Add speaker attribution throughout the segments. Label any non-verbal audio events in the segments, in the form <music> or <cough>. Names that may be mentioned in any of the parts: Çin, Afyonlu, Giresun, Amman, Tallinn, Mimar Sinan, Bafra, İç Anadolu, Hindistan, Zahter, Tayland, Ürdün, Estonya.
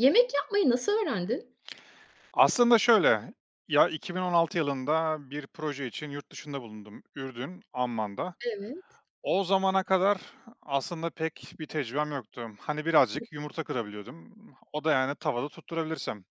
Speaker 1: Yemek yapmayı nasıl öğrendin?
Speaker 2: Aslında şöyle, ya, 2016 yılında bir proje için yurt dışında bulundum, Ürdün, Amman'da.
Speaker 1: Evet.
Speaker 2: O zamana kadar aslında pek bir tecrübem yoktu. Hani, birazcık yumurta kırabiliyordum. O da, yani, tavada tutturabilirsem.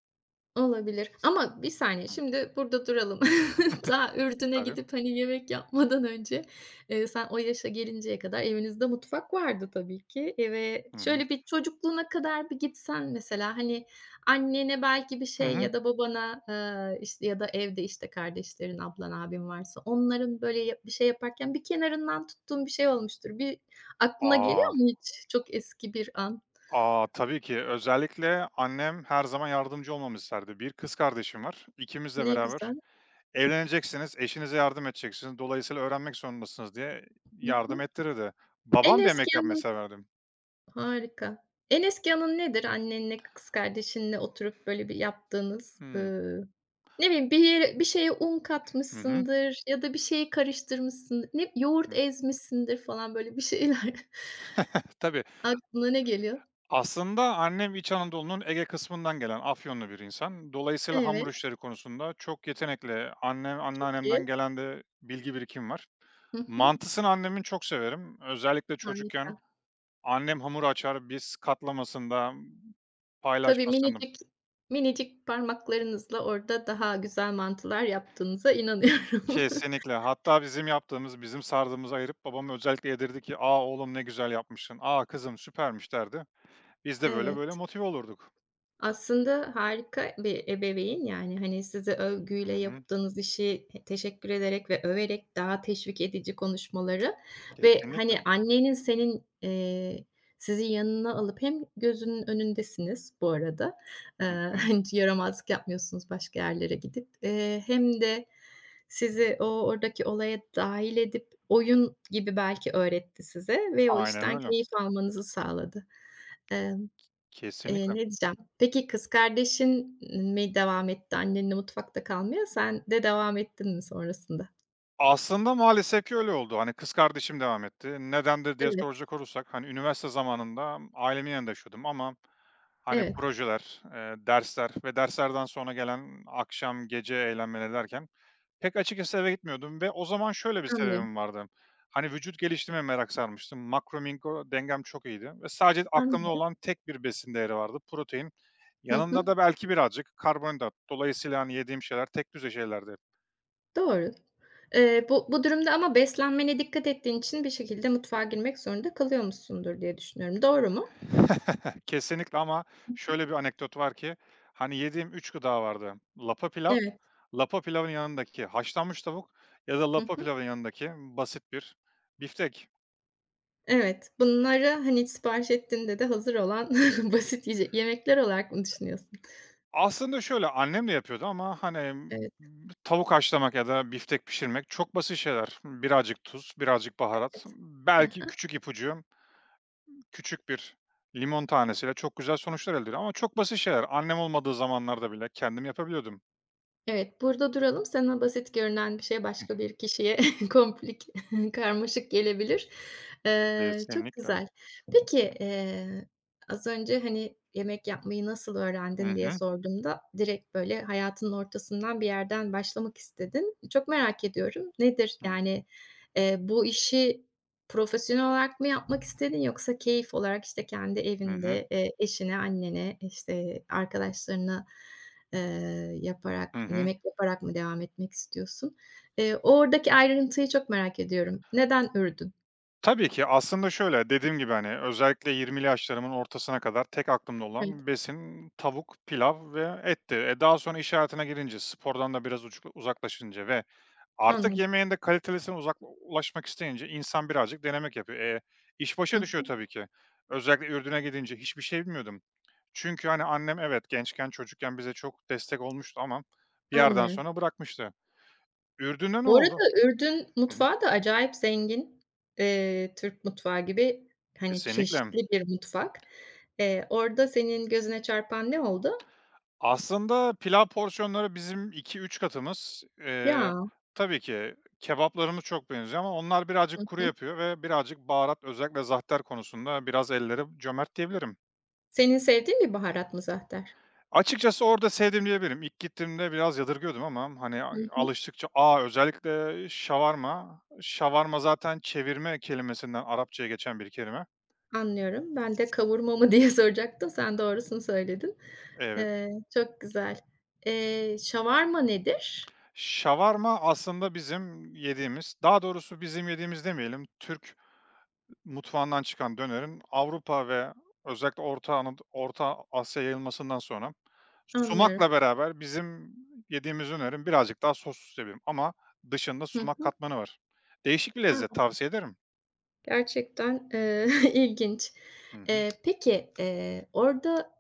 Speaker 1: Olabilir ama bir saniye,
Speaker 2: Hı,
Speaker 1: şimdi burada duralım. <laughs> Daha Ürdün'e
Speaker 2: tabii.
Speaker 1: gidip, yemek yapmadan önce, sen o yaşa gelinceye kadar evinizde mutfak vardı tabii ki. Ve
Speaker 2: Hı hı.
Speaker 1: şöyle bir çocukluğuna kadar bir gitsen mesela, annene belki bir
Speaker 2: Hı
Speaker 1: şey
Speaker 2: hı.
Speaker 1: ya da babana, işte, ya da evde, işte, kardeşlerin, ablan, abin varsa onların böyle ya bir şey yaparken bir kenarından tuttuğun bir şey olmuştur. Bir aklına geliyor
Speaker 2: A!
Speaker 1: mu hiç çok eski bir an?
Speaker 2: A, tabii ki. Özellikle annem her zaman yardımcı olmamı isterdi. Bir kız kardeşim var, İkimizle
Speaker 1: Ne
Speaker 2: beraber.
Speaker 1: güzel.
Speaker 2: "Evleneceksiniz, eşinize yardım edeceksiniz. Dolayısıyla öğrenmek zorundasınız." diye
Speaker 1: Hı
Speaker 2: yardım
Speaker 1: hı.
Speaker 2: ettirirdi.
Speaker 1: En
Speaker 2: Babam da
Speaker 1: eski
Speaker 2: yemek yapmayı
Speaker 1: anın
Speaker 2: severdi.
Speaker 1: harika. En eski anın nedir? Annenle, kız kardeşinle oturup böyle bir yaptığınız,
Speaker 2: Hıı.
Speaker 1: ne bileyim bir yere bir şeye un
Speaker 2: Hı hı.
Speaker 1: katmışsındır ya da bir şeyi karıştırmışsındır, ne yoğurt
Speaker 2: Hı.
Speaker 1: ezmişsindir falan böyle bir şeyler. <laughs>
Speaker 2: Tabii.
Speaker 1: Aklına ne geliyor?
Speaker 2: Aslında annem İç Anadolu'nun Ege kısmından gelen Afyonlu bir insan. Dolayısıyla hamur
Speaker 1: Evet,
Speaker 2: işleri konusunda çok yetenekli. Annem, anneannemden
Speaker 1: peki.
Speaker 2: gelen de bilgi birikim var.
Speaker 1: Hı hı.
Speaker 2: Mantısını annemin çok severim. Özellikle çocukken
Speaker 1: Harika.
Speaker 2: annem hamur açar, biz katlamasında,
Speaker 1: Tabii
Speaker 2: paylaşmasında
Speaker 1: minicik minicik parmaklarınızla orada daha güzel mantılar yaptığınıza inanıyorum. <laughs>
Speaker 2: Kesinlikle. Hatta bizim yaptığımız, bizim sardığımızı ayırıp babam özellikle yedirdi ki, "A, oğlum ne güzel yapmışsın. A, kızım süpermiş." derdi. Biz de böyle böyle
Speaker 1: Evet.
Speaker 2: motive olurduk.
Speaker 1: Aslında harika bir ebeveyn, yani, size
Speaker 2: Hı
Speaker 1: övgüyle
Speaker 2: hı.
Speaker 1: yaptığınız işi teşekkür ederek ve överek daha teşvik edici konuşmaları ve,
Speaker 2: Kesinlikle.
Speaker 1: annenin senin, sizi yanına alıp hem gözünün önündesiniz bu arada,
Speaker 2: Hı
Speaker 1: eee,
Speaker 2: hı.
Speaker 1: <laughs> hiç yaramazlık yapmıyorsunuz başka yerlere gidip, hem de sizi o oradaki olaya dahil edip oyun gibi belki öğretti size ve o
Speaker 2: Aynen
Speaker 1: işten
Speaker 2: öyle.
Speaker 1: keyif almanızı sağladı. Eee
Speaker 2: Kesinlikle.
Speaker 1: ne diyeceğim? Peki kız kardeşin mi devam etti annenle mutfakta kalmaya? Sen de devam ettin mi sonrasında?
Speaker 2: Aslında maalesef ki öyle oldu. Hani, kız kardeşim devam etti. Nedendir diye
Speaker 1: Evet,
Speaker 2: soracak olursak, hani, üniversite zamanında ailemin yanında yaşıyordum ama, hani,
Speaker 1: evet.
Speaker 2: projeler, dersler ve derslerden sonra gelen akşam, gece eğlenmeleri derken pek açıkçası eve gitmiyordum ve o zaman şöyle bir
Speaker 1: Anlıyorum,
Speaker 2: sebebim vardı. Hani, vücut geliştirmeye merak sarmıştım. Makro mikro dengem çok iyiydi ve sadece aklımda
Speaker 1: anlıyorum.
Speaker 2: olan tek bir besin değeri vardı, protein.
Speaker 1: Hı
Speaker 2: Yanında
Speaker 1: hı.
Speaker 2: da belki birazcık karbonhidrat. Dolayısıyla, hani, yediğim şeyler tek düze şeylerdi.
Speaker 1: Doğru. Bu durumda ama beslenmene dikkat ettiğin için bir şekilde mutfağa girmek zorunda kalıyormuşsundur diye düşünüyorum. Doğru mu?
Speaker 2: <laughs> Kesinlikle ama şöyle bir anekdot var ki, hani, yediğim 3 gıda vardı. Lapa pilav,
Speaker 1: Evet.
Speaker 2: lapa pilavın yanındaki haşlanmış tavuk ya da
Speaker 1: Hı
Speaker 2: lapa
Speaker 1: hı.
Speaker 2: pilavın yanındaki basit bir biftek.
Speaker 1: Evet. Bunları, sipariş ettiğinde de hazır olan <laughs> basit yiyecek yemekler olarak mı düşünüyorsun?
Speaker 2: Aslında şöyle, annem de yapıyordu ama, hani,
Speaker 1: Evet,
Speaker 2: tavuk haşlamak ya da biftek pişirmek çok basit şeyler. Birazcık tuz, birazcık baharat,
Speaker 1: evet.
Speaker 2: belki küçük ipucu, küçük bir limon tanesiyle çok güzel sonuçlar elde ediyor ama çok basit şeyler. Annem olmadığı zamanlarda bile kendim yapabiliyordum.
Speaker 1: Evet, burada duralım. Sana basit görünen bir şey başka bir kişiye <laughs> komplik, <laughs> karmaşık gelebilir. Çok
Speaker 2: Kesinlikle.
Speaker 1: güzel. Peki, az önce, yemek yapmayı nasıl öğrendin diye
Speaker 2: Hı.
Speaker 1: sorduğumda direkt böyle hayatının ortasından bir yerden başlamak istedin. Çok merak ediyorum. Nedir?
Speaker 2: Hı
Speaker 1: Yani, bu işi profesyonel olarak mı yapmak istedin yoksa keyif olarak, işte, kendi
Speaker 2: Hı hı.
Speaker 1: evinde, eşine, annene, işte, arkadaşlarına
Speaker 2: Hı
Speaker 1: yaparak,
Speaker 2: hı.
Speaker 1: yemek yaparak mı devam etmek istiyorsun? Oradaki ayrıntıyı çok merak ediyorum. Neden Ürdün?
Speaker 2: Tabii ki aslında şöyle, dediğim gibi, hani, özellikle 20'li yaşlarımın ortasına kadar tek aklımda
Speaker 1: Evet,
Speaker 2: olan besin tavuk, pilav ve etti. E, daha sonra iş hayatına girince, spordan da biraz ucu uzaklaşınca ve artık
Speaker 1: anladım.
Speaker 2: yemeğin de kalitelisine uzak ulaşmak isteyince insan birazcık denemek yapıyor. E, iş
Speaker 1: Hı
Speaker 2: başa düşüyor
Speaker 1: hı,
Speaker 2: tabii ki. Özellikle Ürdün'e gidince hiçbir şey bilmiyordum. Çünkü, hani, annem evet, gençken, çocukken bize çok destek olmuştu ama bir yerden
Speaker 1: anlıyorum.
Speaker 2: sonra bırakmıştı. Ürdün'de ne
Speaker 1: Bu
Speaker 2: oldu?
Speaker 1: arada Ürdün
Speaker 2: Hı hı.
Speaker 1: mutfağı da acayip zengin. Türk mutfağı gibi,
Speaker 2: Kesinlikle.
Speaker 1: çeşitli bir mutfak. Orada senin gözüne çarpan ne oldu?
Speaker 2: Aslında pilav porsiyonları bizim iki üç katımız.
Speaker 1: Ya!
Speaker 2: Tabii ki kebaplarımız çok benziyor ama onlar birazcık
Speaker 1: Hı
Speaker 2: kuru
Speaker 1: hı.
Speaker 2: yapıyor ve birazcık baharat, özellikle zahter konusunda biraz elleri cömert diyebilirim.
Speaker 1: Senin sevdiğin bir baharat mı zahter?
Speaker 2: Açıkçası orada sevdim diyebilirim. İlk gittiğimde biraz yadırgıyordum ama hani
Speaker 1: Hı hı.
Speaker 2: alıştıkça A! Özellikle şavarma. Şavarma zaten çevirme kelimesinden Arapçaya geçen bir kelime.
Speaker 1: Anlıyorum. Ben de kavurma mı <laughs> diye soracaktım. Sen doğrusunu söyledin.
Speaker 2: Evet.
Speaker 1: Çok güzel. Şavarma nedir?
Speaker 2: Şavarma aslında bizim yediğimiz, daha doğrusu bizim yediğimiz demeyelim, Türk mutfağından çıkan dönerin Avrupa ve özellikle Orta Asya yayılmasından sonra
Speaker 1: Anlıyorum.
Speaker 2: sumakla beraber bizim yediğimiz dönerin birazcık daha soslu diyebilirim ama dışında
Speaker 1: Hı
Speaker 2: sumak
Speaker 1: hı.
Speaker 2: katmanı var. Değişik bir lezzet,
Speaker 1: A!
Speaker 2: tavsiye ederim.
Speaker 1: Gerçekten, <laughs> ilginç.
Speaker 2: Hı hı.
Speaker 1: Peki, orada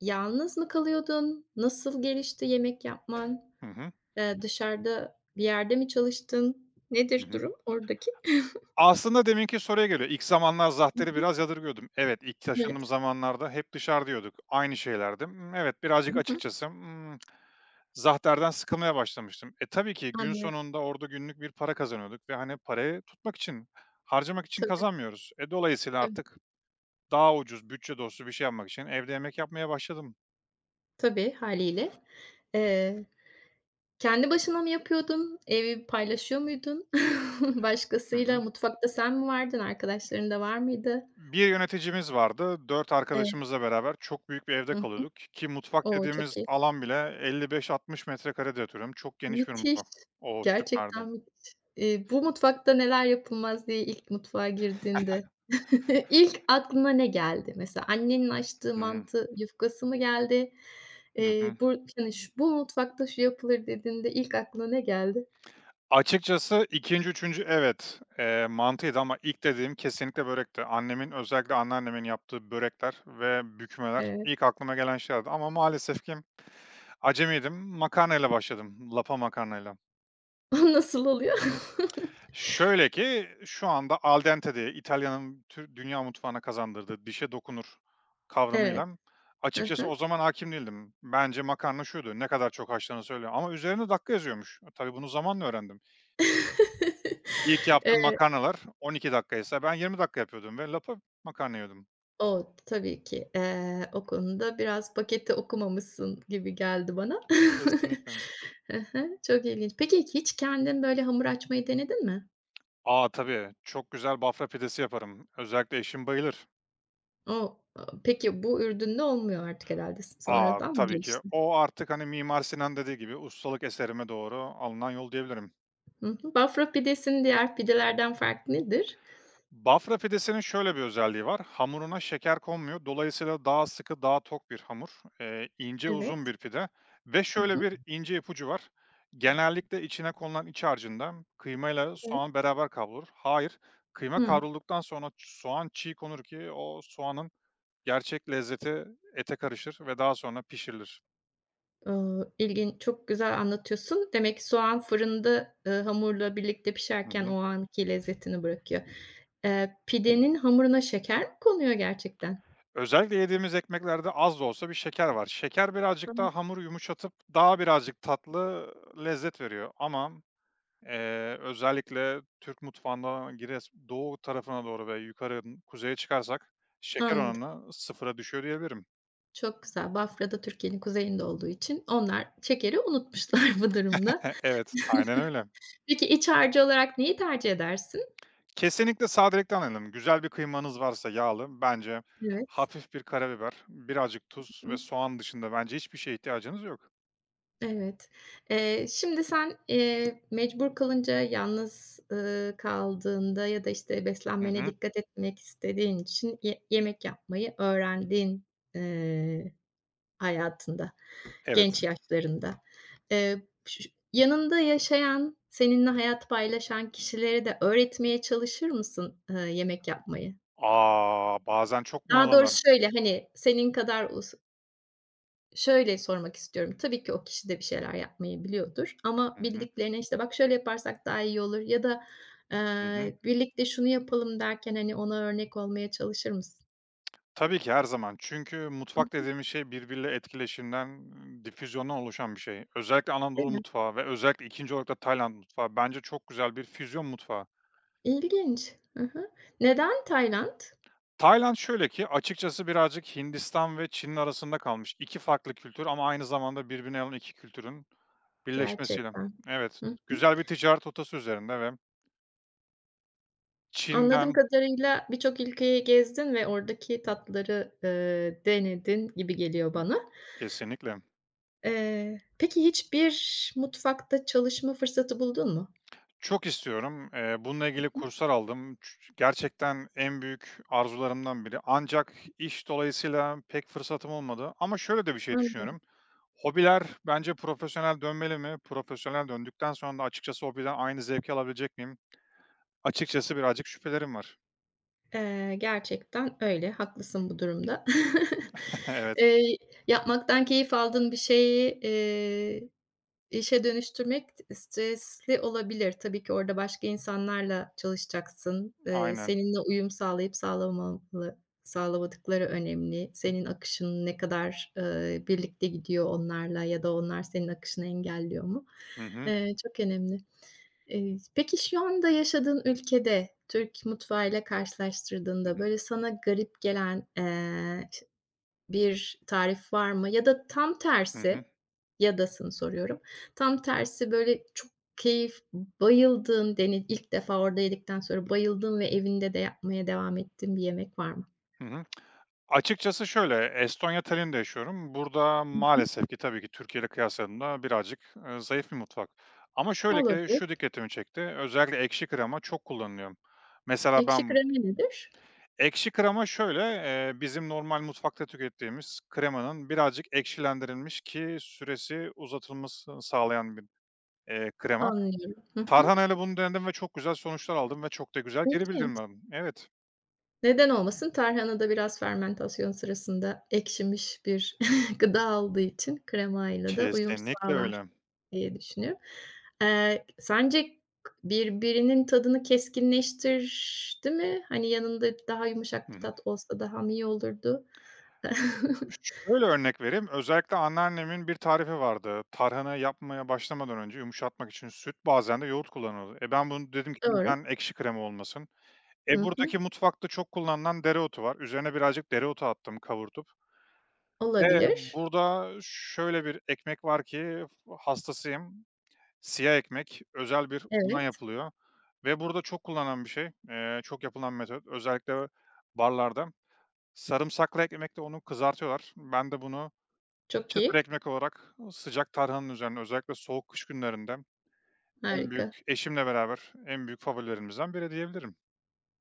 Speaker 1: yalnız mı kalıyordun? Nasıl gelişti yemek yapman?
Speaker 2: Hı hı.
Speaker 1: Dışarıda bir yerde mi çalıştın?
Speaker 2: Hı
Speaker 1: Nedir
Speaker 2: hı.
Speaker 1: durum oradaki?
Speaker 2: Aslında deminki soruya geliyor. İlk zamanlar Zahter'i
Speaker 1: <laughs>
Speaker 2: biraz yadırgıyordum. Evet, ilk
Speaker 1: Evet.
Speaker 2: taşındığım zamanlarda hep dışarıda yiyorduk. Aynı şeylerdi. Evet,
Speaker 1: Hı
Speaker 2: birazcık
Speaker 1: hı.
Speaker 2: açıkçası, Zahter'den sıkılmaya başlamıştım. E, tabii ki gün
Speaker 1: Anlıyorum.
Speaker 2: sonunda orada günlük bir para kazanıyorduk ve, hani, parayı tutmak için, harcamak için
Speaker 1: Tabii,
Speaker 2: kazanmıyoruz. E, dolayısıyla
Speaker 1: tabii.
Speaker 2: artık daha ucuz, bütçe dostu bir şey yapmak için evde yemek yapmaya başladım.
Speaker 1: Tabii, haliyle. Eee Kendi başına mı yapıyordun? Evi paylaşıyor muydun <laughs> başkasıyla?
Speaker 2: <laughs>
Speaker 1: Mutfakta sen mi vardın? Arkadaşların da var mıydı?
Speaker 2: Bir yöneticimiz vardı. Dört
Speaker 1: Evet.
Speaker 2: arkadaşımızla beraber çok büyük bir evde
Speaker 1: Hı hı.
Speaker 2: kalıyorduk ki mutfak
Speaker 1: O,
Speaker 2: dediğimiz
Speaker 1: çok iyi.
Speaker 2: alan bile 55-60 metrekare diye hatırlıyorum. Çok geniş bir
Speaker 1: Müthiş.
Speaker 2: mutfak. O süperdi.
Speaker 1: Gerçekten müthiş. "Bu mutfakta neler yapılmaz?" diye ilk mutfağa girdiğinde <laughs> ilk aklına ne geldi? Mesela annenin açtığı
Speaker 2: Hı hı.
Speaker 1: mantı yufkası mı geldi?
Speaker 2: Hı hı.
Speaker 1: Bu yani "Şu bu mutfakta şu yapılır." dediğinde ilk aklına ne geldi?
Speaker 2: Açıkçası ikinci, üçüncü evet, mantıydı ama ilk dediğim kesinlikle börekti. Annemin, özellikle anneannemin yaptığı börekler ve bükmeler
Speaker 1: Evet.
Speaker 2: ilk aklıma gelen şeylerdi ama maalesef ki acemiydim. Makarnayla başladım, lapa makarnayla.
Speaker 1: <laughs> O nasıl oluyor? <laughs>
Speaker 2: Şöyle ki, şu anda al dente diye İtalya'nın tür dünya mutfağına kazandırdığı dişe dokunur
Speaker 1: Evet.
Speaker 2: kavramıyla
Speaker 1: Hı
Speaker 2: açıkçası o
Speaker 1: hı.
Speaker 2: zaman hâkim değildim. Bence makarna şuydu, ne kadar çok haşlanırsa öyle ama üzerine dakika yazıyormuş. E, tabii bunu zamanla öğrendim.
Speaker 1: <laughs>
Speaker 2: İlk yaptığım
Speaker 1: Eee,
Speaker 2: makarnalar 12 dakikaysa ben 20 dakika yapıyordum ve lapa makarna yiyordum.
Speaker 1: o tabii ki. O konuda biraz paketi okumamışsın gibi geldi bana.
Speaker 2: Kesinlikle.
Speaker 1: <laughs> Hı hı, çok ilginç. Peki hiç kendin böyle hamur açmayı denedin mi?
Speaker 2: Aa tabii. Çok güzel bafra pidesi yaparım. Özellikle eşim bayılır.
Speaker 1: O peki bu ürünle olmuyor artık herhâlde.
Speaker 2: Aa
Speaker 1: Sonradan mı
Speaker 2: tabii ki.
Speaker 1: gelişti?
Speaker 2: O artık, hani, Mimar Sinan dediği gibi ustalık eserime doğru alınan yol diyebilirim.
Speaker 1: Hı hı. Bafra pidesinin diğer pidelerden farkı nedir?
Speaker 2: Bafra pidesinin şöyle bir özelliği var. Hamuruna şeker konmuyor. Dolayısıyla daha sıkı, daha tok bir hamur. İnce, uzun
Speaker 1: Evet.
Speaker 2: bir pide ve
Speaker 1: Hı
Speaker 2: şöyle
Speaker 1: hı.
Speaker 2: bir ince ipucu var. Genellikle içine konulan iç harcından kıymayla
Speaker 1: Evet.
Speaker 2: soğan beraber kavrulur. Hayır, kıyma
Speaker 1: Hıı.
Speaker 2: kavrulduktan sonra soğan çiğ konur ki o soğanın gerçek lezzeti ete karışır ve daha sonra pişirilir.
Speaker 1: İlgin çok güzel anlatıyorsun. Demek ki soğan fırında, hamurla birlikte
Speaker 2: Hı
Speaker 1: pişerken
Speaker 2: hı.
Speaker 1: o anki lezzetini bırakıyor. Pidenin hamuruna şeker mi konuyor gerçekten?
Speaker 2: Özellikle yediğimiz ekmeklerde az da olsa bir şeker var. Şeker birazcık
Speaker 1: Hımm.
Speaker 2: daha hamuru yumuşatıp daha birazcık tatlı lezzet veriyor ama özellikle Türk mutfağında Giresun doğu tarafına doğru ve yukarı kuzeye çıkarsak şeker
Speaker 1: Anladım.
Speaker 2: oranı sıfıra düşüyor diyebilirim.
Speaker 1: Çok güzel. Bafra da Türkiye'nin kuzeyinde olduğu için onlar şekeri unutmuşlar <laughs> bu durumda.
Speaker 2: <laughs> Evet, aynen öyle.
Speaker 1: Peki iç harcı olarak neyi tercih edersin?
Speaker 2: Kesinlikle sadelikten alalım. Güzel bir kıymanız varsa yağlı, bence
Speaker 1: Evet.
Speaker 2: hafif bir karabiber, birazcık tuz ve
Speaker 1: Hı.
Speaker 2: soğan dışında bence hiçbir şeye ihtiyacınız yok.
Speaker 1: Evet. Şimdi sen, mecbur kalınca, yalnız, kaldığında ya da, işte,
Speaker 2: Hı
Speaker 1: beslenmene
Speaker 2: hı.
Speaker 1: dikkat etmek istediğin için ye yemek yapmayı öğrendin, eee, hayatında,
Speaker 2: Evet.
Speaker 1: genç yaşlarında. Ş ş yanında yaşayan, seninle hayat paylaşan kişilere de öğretmeye çalışır mısın, yemek yapmayı?
Speaker 2: Aa, bazen çok
Speaker 1: Daha
Speaker 2: bunalırlar.
Speaker 1: doğrusu şöyle, senin kadar us Şöyle sormak istiyorum, tabii ki o kişi de bir şeyler yapmayı biliyordur ama
Speaker 2: Hı hı.
Speaker 1: bildiklerine, işte, "Bak, şöyle yaparsak daha iyi olur." ya da,
Speaker 2: Hı hı.
Speaker 1: "Birlikte şunu yapalım." derken, ona örnek olmaya çalışır mısın?
Speaker 2: Tabii ki her zaman. Çünkü
Speaker 1: Hı,
Speaker 2: mutfak dediğimiz şey birbiriyle etkileşimden, difüzyondan oluşan bir şey. Özellikle
Speaker 1: değil
Speaker 2: Anadolu
Speaker 1: mi?
Speaker 2: mutfağı ve özellikle 2. olarak da Tayland mutfağı bence çok güzel bir füzyon mutfağı.
Speaker 1: İlginç. Hı hı. Neden Tayland
Speaker 2: Tayland şöyle ki açıkçası birazcık Hindistan ve Çin'in arasında kalmış. 2 farklı kültür ama aynı zamanda birbirine yakın 2 kültürün birleşmesiyle.
Speaker 1: gerçekten?
Speaker 2: Evet,
Speaker 1: Hı hı.
Speaker 2: güzel bir ticaret rotası üzerinde ve
Speaker 1: Anladığım
Speaker 2: Çin'den.
Speaker 1: kadarıyla birçok ülkeyi gezdin ve oradaki tatları, denedin gibi geliyor
Speaker 2: Hı,
Speaker 1: bana.
Speaker 2: kesinlikle.
Speaker 1: Peki hiçbir mutfakta çalışma fırsatı buldun mu?
Speaker 2: Çok istiyorum. Bununla ilgili
Speaker 1: Hı.
Speaker 2: kurslar aldım. Gerçekten en büyük arzularımdan biri. Ancak iş dolayısıyla pek fırsatım olmadı ama şöyle de bir şey
Speaker 1: Anlıyorum.
Speaker 2: düşünüyorum. Hobiler bence profesyonel dönmeli mi? Profesyonel döndükten sonra da açıkçası hobiden aynı zevki alabilecek miyim? Açıkçası birazcık şüphelerim var.
Speaker 1: Gerçekten öyle, haklısın bu durumda. <laughs>
Speaker 2: <laughs> Evet,
Speaker 1: Eee, yapmaktan keyif aldığın bir şeyi, işe dönüştürmek stresli olabilir. Tabii ki orada başka insanlarla çalışacaksın.
Speaker 2: aynen.
Speaker 1: Seninle uyum sağlayıp sağlamamalı sağlamadıkları önemli. Senin akışın ne kadar, birlikte gidiyor onlarla ya da onlar senin akışını engelliyor mu?
Speaker 2: Hı hı.
Speaker 1: Çok önemli. Peki şu anda yaşadığın ülkede Türk mutfağıyla
Speaker 2: Hı
Speaker 1: karşılaştırdığında,
Speaker 2: hı.
Speaker 1: böyle, sana garip gelen, ş bir tarif var mı? Ya da tam
Speaker 2: Hı hı.
Speaker 1: tersi, ya dasını soruyorum, tam tersi, böyle, çok keyif bayıldığın, deni ilk defa orada yedikten sonra bayıldığın ve evinde de yapmaya devam ettiğin bir yemek var mı?
Speaker 2: Hı hı. Açıkçası şöyle, Estonya Tallinn'de yaşıyorum. Burada
Speaker 1: Hı hı.
Speaker 2: maalesef ki tabii ki Türkiye ile kıyasladığımda birazcık, zayıf bir mutfak. Ama şöyle ki
Speaker 1: Olabilir.
Speaker 2: şu dikkatimi çekti, özellikle ekşi krema çok kullanılıyor. Mesela
Speaker 1: Ekşi
Speaker 2: ben
Speaker 1: krema nedir?
Speaker 2: ekşi krema şöyle, bizim normal mutfakta tükettiğimiz kremanın birazcık ekşilendirilmiş ki süresi uzatılmasını sağlayan bir, krema.
Speaker 1: Anlıyorum. Hı hı.
Speaker 2: Tarhanayla bunu denedim ve çok güzel sonuçlar aldım ve çok da güzel geri
Speaker 1: İlginç.
Speaker 2: bildirim aldım. Evet,
Speaker 1: Neden olmasın? Tarhana da biraz fermentasyon sırasında ekşimiş bir <laughs> gıda olduğu için kremayla da uyum
Speaker 2: kesinlikle
Speaker 1: sağlar
Speaker 2: öyle.
Speaker 1: diye düşünüyorum. Sence k birbirinin tadını keskinleştirdi mi? Hani, yanında daha
Speaker 2: Hı
Speaker 1: yumuşak bir
Speaker 2: hı.
Speaker 1: tat olsa daha mı iyi olurdu? <laughs>
Speaker 2: Şöyle örnek vereyim, özellikle anneannemin bir tarifi vardı. Tarhana yapmaya başlamadan önce yumuşatmak için süt, bazen de yoğurt kullanıldı. E, ben bunu dedim ki
Speaker 1: Doğru.
Speaker 2: neden ekşi krema olmasın? E,
Speaker 1: Hı
Speaker 2: buradaki
Speaker 1: hı.
Speaker 2: mutfakta çok kullanılan dereotu var. Üzerine birazcık dereotu attım kavurtup. E,
Speaker 1: Olabilir.
Speaker 2: burada şöyle bir ekmek var ki hastasıyım. Siyah ekmek, özel bir undan
Speaker 1: Evet,
Speaker 2: yapılıyor ve burada çok kullanılan bir şey, çok yapılan metot. Özellikle barlarda. Sarımsaklı ekmekle onu kızartıyorlar. Ben de bunu
Speaker 1: çok
Speaker 2: Çıtır
Speaker 1: iyi,
Speaker 2: ekmek olarak sıcak tarhananın üzerine özellikle soğuk kış günlerinde en büyük
Speaker 1: harika.
Speaker 2: eşimle beraber en büyük favorilerimizden biri diyebilirim.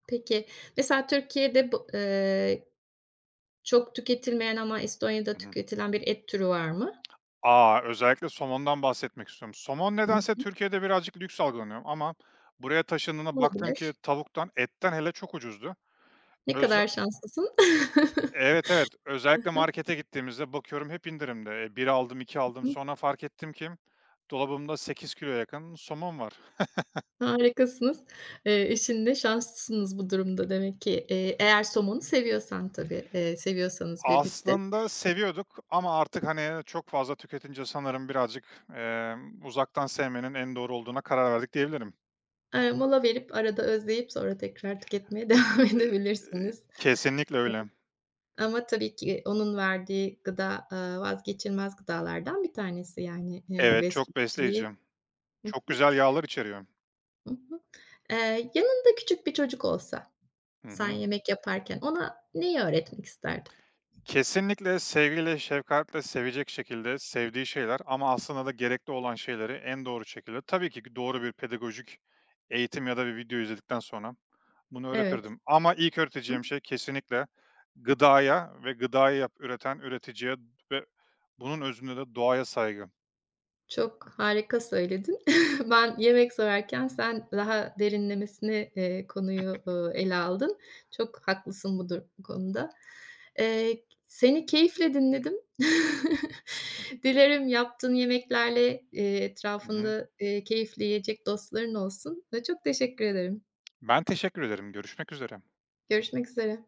Speaker 1: Peki, mesela Türkiye'de bu çok tüketilmeyen ama
Speaker 2: Hı
Speaker 1: Estonya'da
Speaker 2: hı.
Speaker 1: tüketilen bir et türü var mı?
Speaker 2: A! Özellikle somondan bahsetmek istiyorum. Somon
Speaker 1: Hı
Speaker 2: nedense Türkiye'de birazcık lüks algılanıyor ama buraya taşındığında baktım ki
Speaker 1: olabilir.
Speaker 2: tavuktan, etten hele çok ucuzdu.
Speaker 1: Ne
Speaker 2: Öze
Speaker 1: kadar şanslısın. <laughs>
Speaker 2: Evet, evet. Özellikle markete gittiğimizde bakıyorum hep indirimde. E, 1 aldım, 2 aldım.
Speaker 1: Hı
Speaker 2: Sonra fark ettim ki dolabımda 8 kiloya yakın somon var.
Speaker 1: harikasınız. Eşinle şanslısınız bu durumda demek ki. Eğer somonu seviyorsan tabii, seviyorsanız birlikte.
Speaker 2: Aslında seviyorduk ama artık, hani, çok fazla tüketince sanırım birazcık, uzaktan sevmenin en doğru olduğuna karar verdik diyebilirim.
Speaker 1: Mola verip arada özleyip sonra tekrar tüketmeye <laughs> devam edebilirsiniz.
Speaker 2: Kesinlikle öyle.
Speaker 1: Ama tabii ki onun verdiği gıda, vazgeçilmez gıdalardan bir tanesi yani, o
Speaker 2: Evet, çok besleyici.
Speaker 1: besleyiciliği Hı
Speaker 2: Çok
Speaker 1: hı.
Speaker 2: güzel yağlar içeriyor.
Speaker 1: Hı hı. Yanında küçük bir çocuk olsa
Speaker 2: Hı
Speaker 1: Sen
Speaker 2: hı.
Speaker 1: yemek yaparken ona neyi öğretmek isterdin?
Speaker 2: Kesinlikle sevgiyle, şefkatle sevecek şekilde sevdiği şeyler ama aslında da gerekli olan şeyleri en doğru şekilde tabii ki doğru bir pedagojik eğitim ya da bir video izledikten sonra bunu
Speaker 1: Evet.
Speaker 2: öğretirdim. Ama ilk
Speaker 1: Hı.
Speaker 2: öğreteceğim şey kesinlikle gıdaya ve gıdayı üreten üreticiye ve bunun özünde de doğaya saygı.
Speaker 1: Çok harika söyledin. <laughs> Ben yemek sorarken sen daha derinlemesine, konuyu, ele aldın. Çok haklısın bu konuda. Seni keyifle dinledim. <laughs> Dilerim yaptığın yemeklerle,
Speaker 2: Hı hı.
Speaker 1: etrafında, keyifle yiyecek dostların olsun ve çok teşekkür ederim.
Speaker 2: Ben teşekkür ederim. Görüşmek üzere.
Speaker 1: Görüşmek üzere.